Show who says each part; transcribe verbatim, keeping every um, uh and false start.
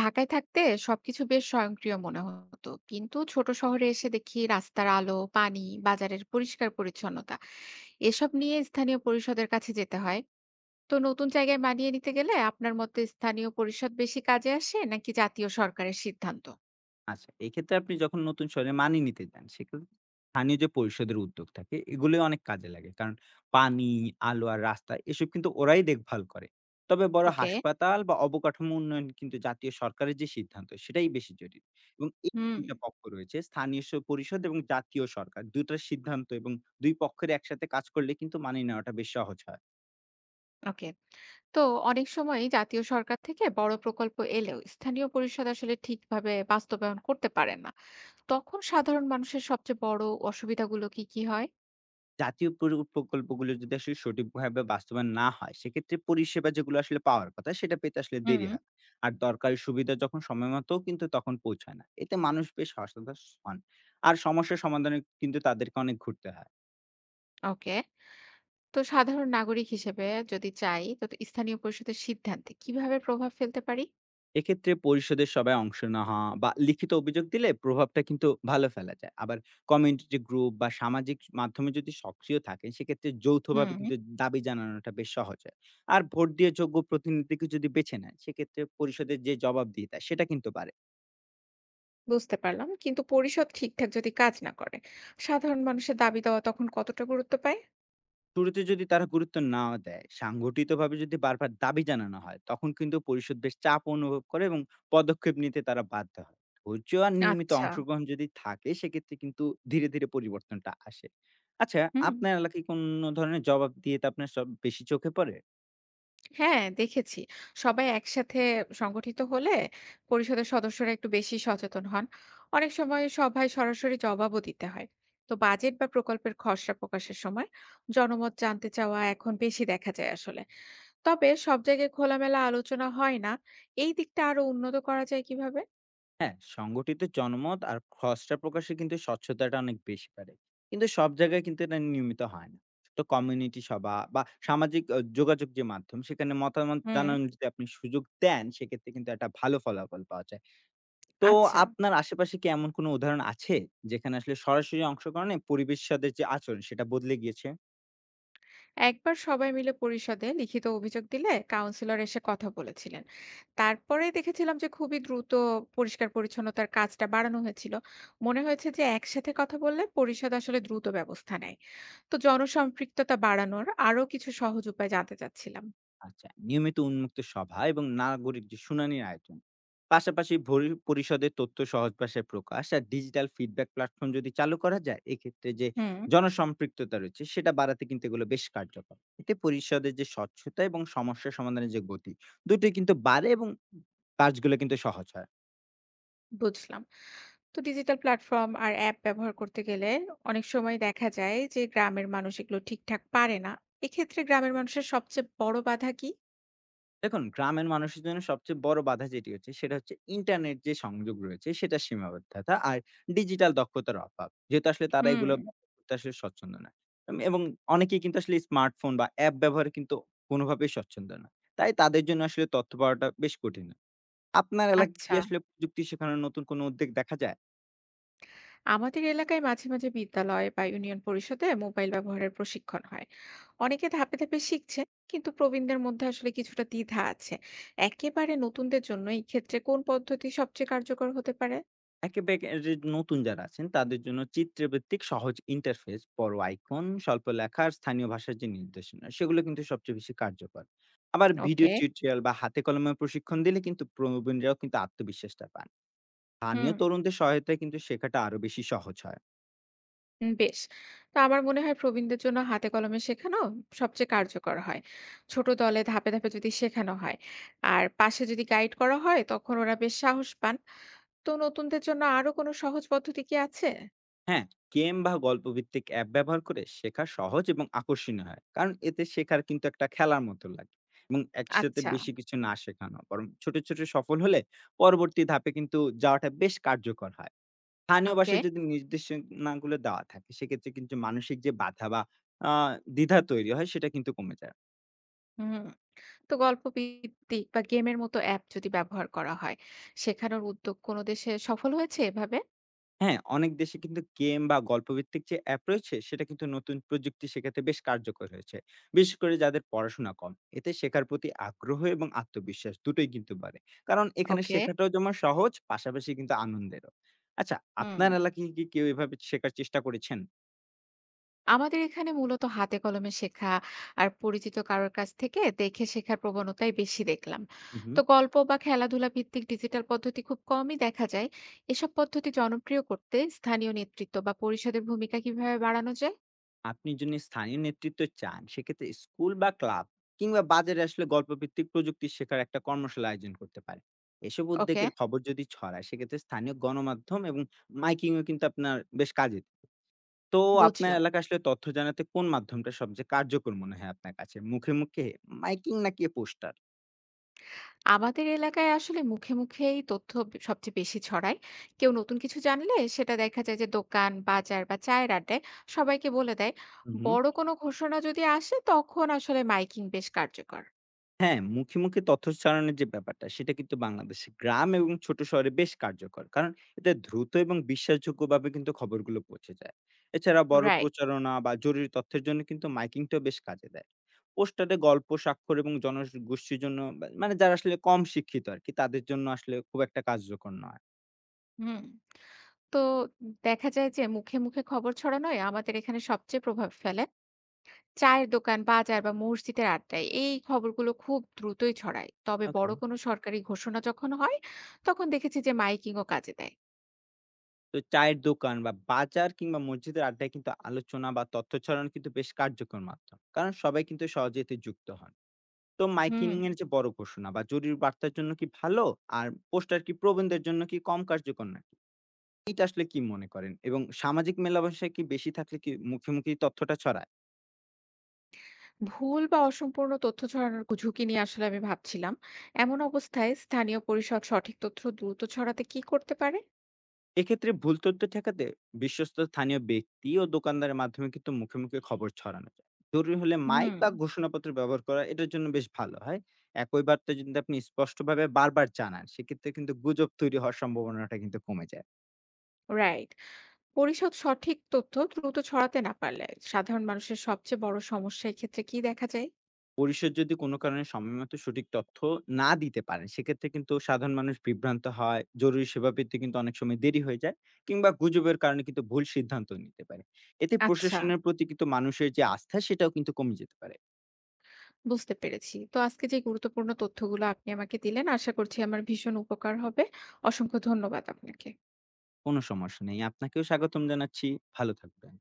Speaker 1: ঢাকায় থাকতে সবকিছু বেশ স্বয়ংক্রিয় মনে হতো, কিন্তু ছোট শহরে এসে দেখি রাস্তার আলো, পানি, বাজারের পরিষ্কার পরিচ্ছন্নতা এসব নিয়ে স্থানীয় পরিষদের কাছে যেতে হয়। তো নতুন জায়গায় মানিয়ে নিতে গেলে আপনার মতে স্থানীয় পরিষদ বেশি কাজে আসে নাকি জাতীয় সরকারের সিদ্ধান্ত?
Speaker 2: আচ্ছা, এক্ষেত্রে আপনি যখন নতুন শহরে মানিয়ে নিতে যান, সেক্ষেত্রে স্থানীয় যে পরিষদের উদ্যোগ থাকে, এগুলো অনেক কাজে লাগে। কারণ পানি, আলো আর রাস্তা এসব কিন্তু ওরাই দেখভাল করে। তবে বড়
Speaker 1: ওকে।
Speaker 2: হাসপাতাল বা অবকাঠামো উন্নয়ন কিন্তু জাতীয় সরকারের যে সিদ্ধান্ত, সেটাই বেশি জটিল। এবং এই
Speaker 1: হুম।
Speaker 2: দুই টা পক্ষ রয়েছে, স্থানীয় স পরিষদ এবং জাতীয় সরকার। দুই টার সিদ্ধান্ত এবং দুই পক্ষের একসাথে কাজ করলে কিন্তু মানিয়ে নেওয়াটা বেশ সহজ হয়।
Speaker 1: ওকে। তো অনেক সময় জাতীয় সরকার থেকে বড় প্রকল্প এলেও স্থানীয় পরিষদ আসলে ঠিকভাবে বাস্তবায়ন করতে পারে না। তখন সাধারণ মানুষের সবচেয়ে বড় অসুবিধাগুলো কি কি হয়?
Speaker 2: জাতীয় পুরু প্রকল্পগুলো যদি আসলে সঠিকভাবে বাস্তবায়ন না হয়, সেক্ষেত্রে পরিষেবা যেগুলো আসলে পাওয়ার কথা সেটা পেতে আসলে
Speaker 1: হুম।
Speaker 2: দেরি হয়। আর দরকারি সুবিধা যখন সময়মতো কিন্তু তখন পৌঁছায় না। এতে মানুষ বেশ হতাশ হন। আর সমস্যার সমাধানে কিন্তু তাদেরকে অনেক ঘুরতে হয়।
Speaker 1: ওকে। তো সাধারণ নাগরিক হিসেবে যদি চাই তো স্থানীয় পরিষদের সিদ্ধান্তে কিভাবে প্রভাব ফেলতে পারি?
Speaker 2: এক্ষেত্রে পরিষদের সবাই অংশ নেওয়া বা লিখিত অভিযোগ দিলে প্রভাবটা কিন্তু ভালো ফেলা যায়। আবার কমিউনিটি গ্রুপ বা সামাজিক মাধ্যমে যদি সক্রিয় থাকেন, সেক্ষেত্রে যৌথভাবে
Speaker 1: হুম।
Speaker 2: কিন্তু দাবি জানানোটা বেশ সহজ হয়। আর ভোট দিয়ে যোগ্য প্রতিনিধিকে যদি বেছে নেন, সেক্ষেত্রে পরিষদের যে জবাবদিহিতা সেটা কিন্তু বাড়ে।
Speaker 1: বুঝতে পারলাম, কিন্তু পরিষদ ঠিকঠাক যদি কাজ না করে সাধারণ মানুষের দাবি দেওয়া তখন কতটা গুরুত্ব পায়?
Speaker 2: শুরুতে যদি তারা গুরুত্ব না দেয়, সাংগঠিতভাবে যদি বারবার দাবি জানানো হয়, তখন কিন্তু পরিষদ বেশ চাপ অনুভব করে এবং পদক্ষেপ নিতে তারা বাধ্য হয়। ধৈর্য আর নিয়মিত
Speaker 1: আচ্ছা।
Speaker 2: অংশগ্রহণ যদি থাকে, সেক্ষেত্রে কিন্তু ধীরে, ধীরে পরিবর্তনটা আসে। আচ্ছা,
Speaker 1: হুম।
Speaker 2: আপনার এলাকায় কোন ধরনের জবাব দিয়ে তা আপনার সব বেশি চোখে পড়ে?
Speaker 1: হ্যাঁ দেখেছি, সবাই একসাথে সংগঠিত হলে পরিষদের সদস্যরা একটু বেশি সচেতন হন। অনেক সময় সভায় সরাসরি জবাবও দিতে হয়। তো বাজেট বা প্রকল্পের খসড়া প্রকাশের সময় জনমত জানতে চাওয়া এখন বেশি দেখা যায় আসলে। তবে সব জায়গায় খোলামেলা আলোচনা হয় না। এই দিকটা আরো উন্নত করা যায় কিভাবে?
Speaker 2: হ্যাঁ, সংগঠিত জনমত আর খসড়া প্রকাশে কিন্তু স্বচ্ছতাটা অনেক বেশি পারে। কিন্তু সব জায়গায় কিন্তু এটা নিয়মিত হয় না। তো কমিউনিটি সভা বা সামাজিক আ যোগাযোগ যে মাধ্যম সেখানে মতামত
Speaker 1: হুম।
Speaker 2: জানানোর যদি আপনি সুযোগ দেন, সেক্ষেত্রে কিন্তু একটা ভালো ফলাফল পাওয়া যায়। তো
Speaker 1: আচ্ছা।
Speaker 2: আপনার আশেপাশে কি এমন কোনো উদাহরণ আছে যেখানে আসলে সরাসরি অংশগ্রহণে পরিবেশ সাথে যে আচরণ সেটা বদলে গিয়েছে?
Speaker 1: একবার সবাই মিলে পরিষদে লিখিত অভিযোগ দিলে কাউন্সিলর এসে কথা বলেছিলেন। তারপরে দেখেছিলাম যে খুবই দ্রুত পরিষ্কার পরিচ্ছন্নতার কাজটা বাড়ানো হয়েছিল। মনে হয়েছে যে একসাথে কথা বললে পরিষদ আসলে দ্রুত ব্যবস্থা নেয়। তো জনসম্পৃক্ততা বাড়ানোর আরো কিছু সহজ উপায় জানতে চাচ্ছিলাম।
Speaker 2: আচ্ছা, নিয়মিত উন্মুক্ত সভা এবং নাগরিক যে শুনানির আয়োজন, পাশাপাশি ভরি- পরিষদের তথ্য সহজ ভাষায় প্রকাশ আর ডিজিটাল ফিডব্যাক প্ল্যাটফর্ম যদি চালু করা যায়, এক্ষেত্রে যে
Speaker 1: হুম।
Speaker 2: জনসম্পৃক্ততা রয়েছে সেটা বাড়াতে কিন্তু এগুলো বেশ কার্যকর। এতে পরিষদের যে স্বচ্ছতা এবং সমস্যা সমাধানের যে গতি, দুটোই কিন্তু বাড়ে এবং কাজগুলো কিন্তু সহজ হয়।
Speaker 1: বুঝলাম। তো ডিজিটাল প্ল্যাটফর্ম আর অ্যাপ ব্যবহার করতে গেলে অনেক সময় দেখা যায় যে গ্রামের মানুষ এগুলো ঠিকঠাক পারে না। এক্ষেত্রে গ্রামের মানুষের সবচেয়ে বড় বাধা কি?
Speaker 2: দেখুন, গ্রামের মানুষের জন্য সবচেয়ে বড় বাধা যেটি হচ্ছে, সেটা হচ্ছে ইন্টারনেট যে সংযোগ রয়েছে, সেটার সীমাবদ্ধতা আর ডিজিটাল দক্ষতার অভাব। যেহেতু আসলে তারা
Speaker 1: হুম।
Speaker 2: এগুলো ব্যবহার করতে আসলে স্বচ্ছন্দ নয়। উম এবং অনেকেই কিন্তু আসলে স্মার্টফোন বা অ্যাপ ব্যবহারে কিন্তু কোনোভাবেই স্বচ্ছন্দ নয়। তাই তাদের জন্য আসলে তথ্য পাওয়াটা বেশ কঠিন। আপনার এলাকায় কি
Speaker 1: আচ্ছা।
Speaker 2: আসলে প্রযুক্তি শেখানোর নতুন কোনো উদ্যোগ দেখা যায়?
Speaker 1: আমাদের এলাকায় মাঝে মাঝে বিদ্যালয় বা ইউনিয়ন পরিষদে মোবাইল ব্যবহারের প্রশিক্ষণ হয়। অনেকে ধাপে ধাপে শিখছে, কিন্তু প্রবীণদের মধ্যে আসলে কিছুটা দ্বিধা আছে। একেবারে নতুনদের জন্য এই ক্ষেত্রে কোন পদ্ধতি সবচেয়ে কার্যকর হতে পারে?
Speaker 2: একেবারে নতুন যারা আছেন তাদের জন্য চিত্রভিত্তিক সহজ ইন্টারফেস, বড় আইকন, স্বল্প লেখা আর স্থানীয় ভাষার যে নির্দেশনা, সেগুলো কিন্তু সবচেয়ে বেশি কার্যকর। আবার ভিডিও
Speaker 1: ওকে।
Speaker 2: টিউটোরিয়াল বা হাতে কলমে প্রশিক্ষণ দিলে কিন্তু প্রবীণরাও কিন্তু আত্মবিশ্বাসটা পান।
Speaker 1: হুম।
Speaker 2: স্থানীয় তরুণদের সহায়তায় কিন্তু শেখাটা আরো বেশি সহজ হয়।
Speaker 1: উম বেশ। তো আমার মনে হয় প্রবীণদের জন্য হাতে কলমে শেখানো সবচেয়ে কার্যকর হয়। ছোট দলে ধাপে, ধাপে যদি শেখানো হয় আর পাশে যদি গাইড করা হয় তখন ওরা বেশ সাহস পান। তো নতুনদের জন্য আরো কোনো সহজ পদ্ধতি কি আছে?
Speaker 2: হ্যাঁ, গেম বা গল্পভিত্তিক অ্যাপ ব্যবহার করে শেখা সহজ এবং আকর্ষণীয় হয়, কারণ এতে শেখার কিন্তু একটা খেলার মতো লাগে। এবং একসাথে
Speaker 1: আচ্ছা।
Speaker 2: বেশি কিছু না শেখানো বরং ছোট ছোট সফল হলে পরবর্তী ধাপে কিন্তু যাওয়াটা বেশ কার্যকর হয়। স্থানীয়
Speaker 1: ওকে।
Speaker 2: ভাষায় যদি নির্দেশনাগুলো দেওয়া থাকে, সেক্ষেত্রে কিন্তু মানসিক যে বাধা বা আহ, দ্বিধা তৈরি হয় সেটা কিন্তু কমে যায়।
Speaker 1: হুম। তো গল্প ভিত্তিক বা গেমের মতো অ্যাপ যদি ব্যবহার করা হয়, শেখানোর উদ্যোগ কোনো দেশে সফল হয়েছে এভাবে?
Speaker 2: হ্যাঁ, অনেক দেশে কিন্তু গেম বা গল্পভিত্তিক যে অ্যাপ রয়েছে, সেটা কিন্তু নতুন প্রযুক্তি শেখাতে বেশ কার্যকর হয়েছে। বিশেষ করে যাদের পড়াশোনা কম। এতে শেখার প্রতি আগ্রহ এবং আত্মবিশ্বাস দুটোই কিন্তু বাড়ে। কারণ এখানে
Speaker 1: ওকে।
Speaker 2: শেখাটাও যেমন সহজ, পাশাপাশি কিন্তু আনন্দেরও। আচ্ছা,
Speaker 1: হুম।
Speaker 2: আপনার এলাকায় কি কেউ এভাবে শেখার চেষ্টা করেছেন?
Speaker 1: আমাদের এখানে মূলত হাতে কলমে শেখা আর পরিচিত কারোর কাছ থেকে দেখে শেখার প্রবণতাই বেশি দেখলাম।
Speaker 2: হুম, হুম।
Speaker 1: তো গল্প বা খেলাধুলা ভিত্তিক ডিজিটাল পদ্ধতি খুব কমই দেখা যায়। এসব পদ্ধতি জনপ্রিয় করতে স্থানীয় নেতৃত্ব বা পরিষদের ভূমিকা কিভাবে বাড়ানো যায়?
Speaker 2: আপনি যদি স্থানীয় নেতৃত্ব চান, সেক্ষেত্রে স্কুল বা ক্লাব কিংবা বাজারে আসলে গল্পভিত্তিক প্রযুক্তি শেখার একটা কর্মশালা আয়োজন করতে পারে। এসব
Speaker 1: ওকে।
Speaker 2: উদ্যোগের খবর যদি ছড়ায়, সেক্ষেত্রে স্থানীয় গণমাধ্যম এবং মাইকিংও কিন্তু আপনার বেশ কাজে দেবে। তো আপনার
Speaker 1: বুঝলাম।
Speaker 2: এলাকা আসলে তথ্য জানাতে কোন মাধ্যমটা সবচেয়ে কার্যকর মনে হয় আপনার কাছে? মুখে মুখে, মাইকিং, নাকি পোস্টার?
Speaker 1: আমাদের এলাকায় আসলে মুখে মুখেই তথ্য ব- সবচেয়ে বেশি ছড়ায়। কেউ নতুন কিছু জানলে সেটা দেখা যায় যে দোকান, বাজার বা চায়ের আড্ডায় সবাইকে বলে দেয়।
Speaker 2: হুম।
Speaker 1: বড় কোনো ঘোষণা যদি আসে তখন আসলে মাইকিং বেশ কার্যকর।
Speaker 2: হ্যাঁ, মুখে, মুখে তথ্য ছড়ানোর যে ব্যাপারটা, সেটা কিন্তু বাংলাদেশে গ্রাম এবং ছোট শহরে বেশ কার্যকর। কারণ এতে দ্রুত এবং বিশ্বাসযোগ্যভাবে কিন্তু খবরগুলো পৌঁছে যায়। এছাড়া বড়
Speaker 1: রাইট।
Speaker 2: প্রচারণা বা জরুরি তথ্যের জন্য কিন্তু মাইকিংটাও বেশ কাজে দেয়। পোস্টারে গল্প, স্বাক্ষর এবং জনগোষ্ঠীর জন্য বা মানে যারা আসলে কম শিক্ষিত আরকি, তাদের জন্য আসলে খুব একটা কার্যকর নয়।
Speaker 1: হুম। তো দেখা যায় যে মুখে, মুখে খবর ছড়ানোয় আমাদের এখানে সবচেয়ে প্রভাব ফেলে। চায়ের দোকান, বাজার বা মসজিদের আড্ডায় এই খবরগুলো খুব দ্রুতই ছড়ায়। তবে
Speaker 2: ওকে।
Speaker 1: বড় কোনো সরকারি ঘোষণা যখন হয়, তখন দেখেছি যে মাইকিংও কাজে দেয়।
Speaker 2: তো চায়ের দোকান বা বাজার কিংবা মসজিদের আড্ডায় কিন্তু আলোচনা বা তথ্য ছড়ানো কিন্তু বেশ কার্যকর মাধ্যম। কারণ সবাই কিন্তু সহজে এতে যুক্ত হন। তো মাইকিং
Speaker 1: হুম।
Speaker 2: এর যে বড় ঘোষণা বা জরুরি বার্তার জন্য কি ভালো, আর পোস্টার কি প্রবন্ধের জন্য কি কম কার্যকর নাকি, এটা আসলে কি মনে করেন? এবং সামাজিক মেলামেশায় কি বেশি থাকলে কি মুখে মুখে তথ্যটা ছড়ায়?
Speaker 1: ভুল বা অসম্পূর্ণ তথ্য ছড়ানোর ঝুঁকি নিয়ে আসলে আমি ভাবছিলাম। এমন অবস্থায় স্থানীয় পরিষদ সঠিক তথ্য দ্রুত ছড়াতে কি করতে পারে?
Speaker 2: এক্ষেত্রে ভুল তথ্য ঠেকাতে বিশ্বস্ত স্থানীয় ব্যক্তি ও দোকানদারের মাধ্যমে কিন্তু মুখে মুখে খবর ছড়ানো যায়। জরুরি হলে মাইক
Speaker 1: হুম।
Speaker 2: বা ঘোষণাপত্র ব্যবহার করা এটার জন্য বেশ ভালো হয়। একই বার্তা যদি আপনি স্পষ্টভাবে বারবার জানান, সেক্ষেত্রে কিন্তু গুজব তৈরি হওয়ার সম্ভাবনাটা কিন্তু কমে যায়।
Speaker 1: রাইট। পরিষদ সঠিক তথ্য দ্রুত ছড়াতে না পারলে সাধারণ মানুষের সবচেয়ে বড় সমস্যা এক্ষেত্রে কি দেখা যায়?
Speaker 2: পরিষদ যদি কোনো কারণে সময়মতো সঠিক তথ্য না দিতে পারেন, সেক্ষেত্রে কিন্তু সাধারণ মানুষ বিভ্রান্ত হয়, জরুরি সেবা পেতে কিন্তু অনেক সময় দেরি হয়ে যায়, কিংবা গুজবের কারণে কিন্তু ভুল সিদ্ধান্ত নিতে পারে। এতে
Speaker 1: আচ্ছা,
Speaker 2: প্রশাসনের প্রতি কিন্তু মানুষের যে আস্থা, সেটাও কিন্তু কমে যেতে পারে।
Speaker 1: বুঝতে পেরেছি। তো আজকে যে গুরুত্বপূর্ণ তথ্যগুলো আপনি আমাকে দিলেন আশা করছি আমার ভীষণ উপকার হবে। অসংখ্য ধন্যবাদ আপনাকে।
Speaker 2: কোনো সমস্যা নেই। আপনাকেও স্বাগতম জানাচ্ছি। ভালো থাকবেন।